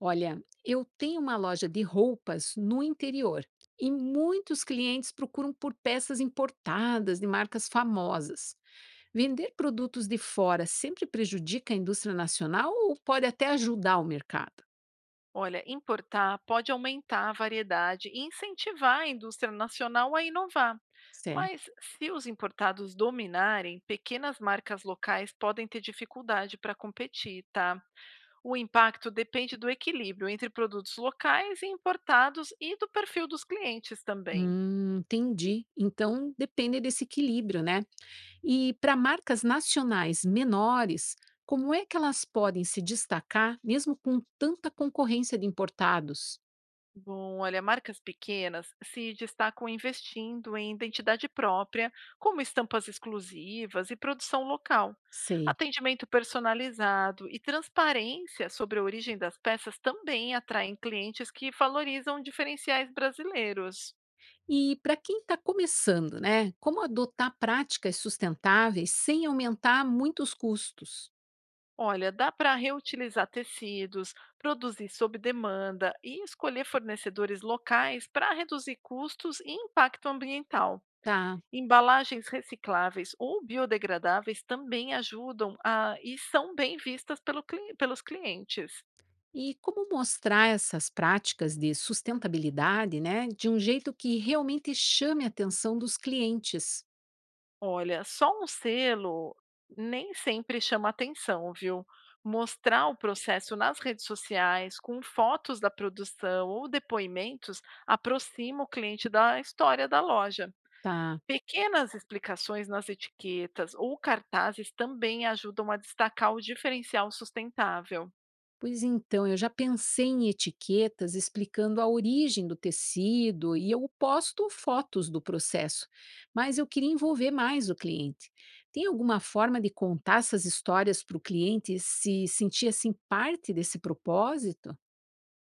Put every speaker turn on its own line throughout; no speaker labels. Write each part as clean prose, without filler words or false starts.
Olha, eu tenho uma loja de roupas no interior e muitos clientes procuram por peças importadas de marcas famosas. Vender produtos de fora sempre prejudica a indústria nacional ou pode até ajudar o mercado?
Olha, importar pode aumentar a variedade e incentivar a indústria nacional a inovar.
Certo.
Mas se os importados dominarem, pequenas marcas locais podem ter dificuldade para competir, tá? O impacto depende do equilíbrio entre produtos locais e importados e do perfil dos clientes também.
Entendi. Então depende desse equilíbrio, né? E para marcas nacionais menores, como é que elas podem se destacar mesmo com tanta concorrência de importados?
Bom, olha, marcas pequenas se destacam investindo em identidade própria, como estampas exclusivas e produção local.
Sei.
Atendimento personalizado e transparência sobre a origem das peças também atraem clientes que valorizam diferenciais brasileiros.
E para quem está começando, né? Como adotar práticas sustentáveis sem aumentar muitos custos,
Olha, dá para reutilizar tecidos, produzir sob demanda e escolher fornecedores locais para reduzir custos e impacto ambiental.
tá?
Embalagens recicláveis ou biodegradáveis também ajudam a e são bem vistas pelos clientes.
E como mostrar essas práticas de sustentabilidade, né, de um jeito que realmente chame a atenção dos clientes,
Olha, só um selo nem sempre chama atenção, viu? Mostrar o processo nas redes sociais, com fotos da produção ou depoimentos, aproxima o cliente da história da loja.
tá?
Pequenas explicações nas etiquetas ou cartazes também ajudam a destacar o diferencial sustentável.
Pois então, eu já pensei em etiquetas explicando a origem do tecido e eu posto fotos do processo, mas eu queria envolver mais o cliente. Tem alguma forma de contar essas histórias para o cliente se sentir assim parte desse propósito?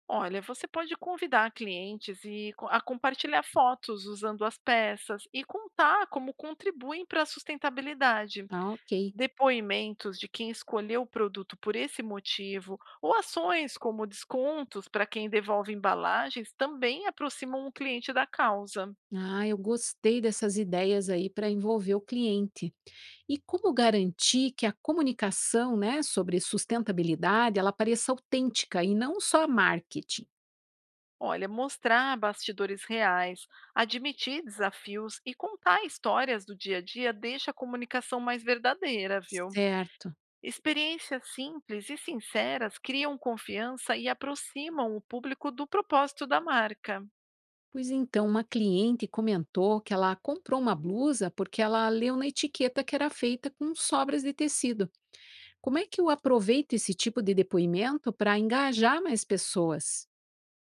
Olha, você pode convidar clientes a compartilhar fotos usando as peças e contar como contribuem para a sustentabilidade.
Ah, ok.
Depoimentos de quem escolheu o produto por esse motivo ou ações como descontos para quem devolve embalagens também aproximam o cliente da causa.
Ah, eu gostei dessas ideias aí para envolver o cliente. E como garantir que a comunicação, né, sobre sustentabilidade, ela pareça autêntica e não só marketing?
Olha, mostrar bastidores reais, admitir desafios e contar histórias do dia a dia deixa a comunicação mais verdadeira, viu?
Certo.
Experiências simples e sinceras criam confiança e aproximam o público do propósito da marca.
Pois então, uma cliente comentou que ela comprou uma blusa porque ela leu na etiqueta que era feita com sobras de tecido. Como é que eu aproveito esse tipo de depoimento para engajar mais pessoas?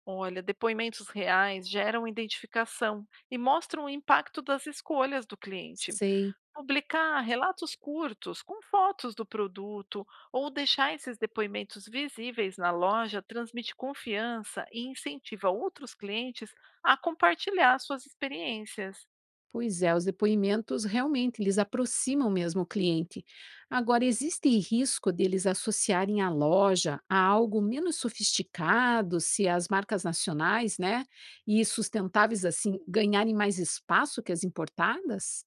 Olha, depoimentos reais geram identificação e mostram o impacto das escolhas do cliente.
Sei.
Publicar relatos curtos com fotos do produto ou deixar esses depoimentos visíveis na loja transmite confiança e incentiva outros clientes a compartilhar suas experiências.
Pois é, os depoimentos realmente eles aproximam mesmo o cliente. Agora, existe risco deles associarem a loja a algo menos sofisticado, se as marcas nacionais, né, e sustentáveis assim ganharem mais espaço que as importadas?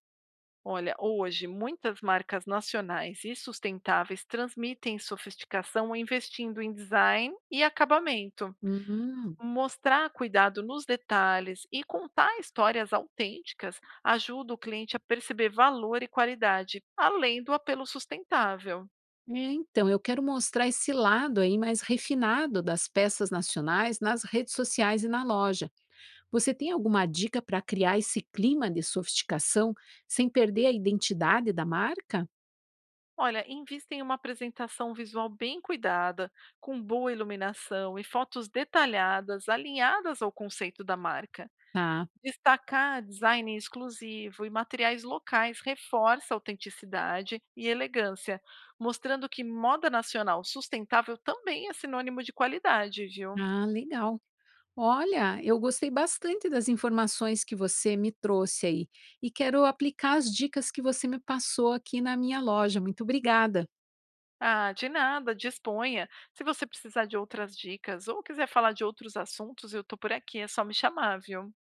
Olha, hoje muitas marcas nacionais e sustentáveis transmitem sofisticação investindo em design e acabamento.
Hum.
Mostrar cuidado nos detalhes e contar histórias autênticas ajuda o cliente a perceber valor e qualidade, além do apelo sustentável.
É, então, eu quero mostrar esse lado aí mais refinado das peças nacionais nas redes sociais e na loja. Você tem alguma dica para criar esse clima de sofisticação sem perder a identidade da marca?
Olha, invista em uma apresentação visual bem cuidada, com boa iluminação e fotos detalhadas alinhadas ao conceito da marca.
Tá.
Destacar design exclusivo e materiais locais reforça a autenticidade e elegância, mostrando que moda nacional sustentável também é sinônimo de qualidade, viu?
Ah, legal. Olha, eu gostei bastante das informações que você me trouxe aí e quero aplicar as dicas que você me passou aqui na minha loja. Muito obrigada.
Ah, de nada, disponha. Se você precisar de outras dicas ou quiser falar de outros assuntos, eu tô por aqui, é só me chamar, viu?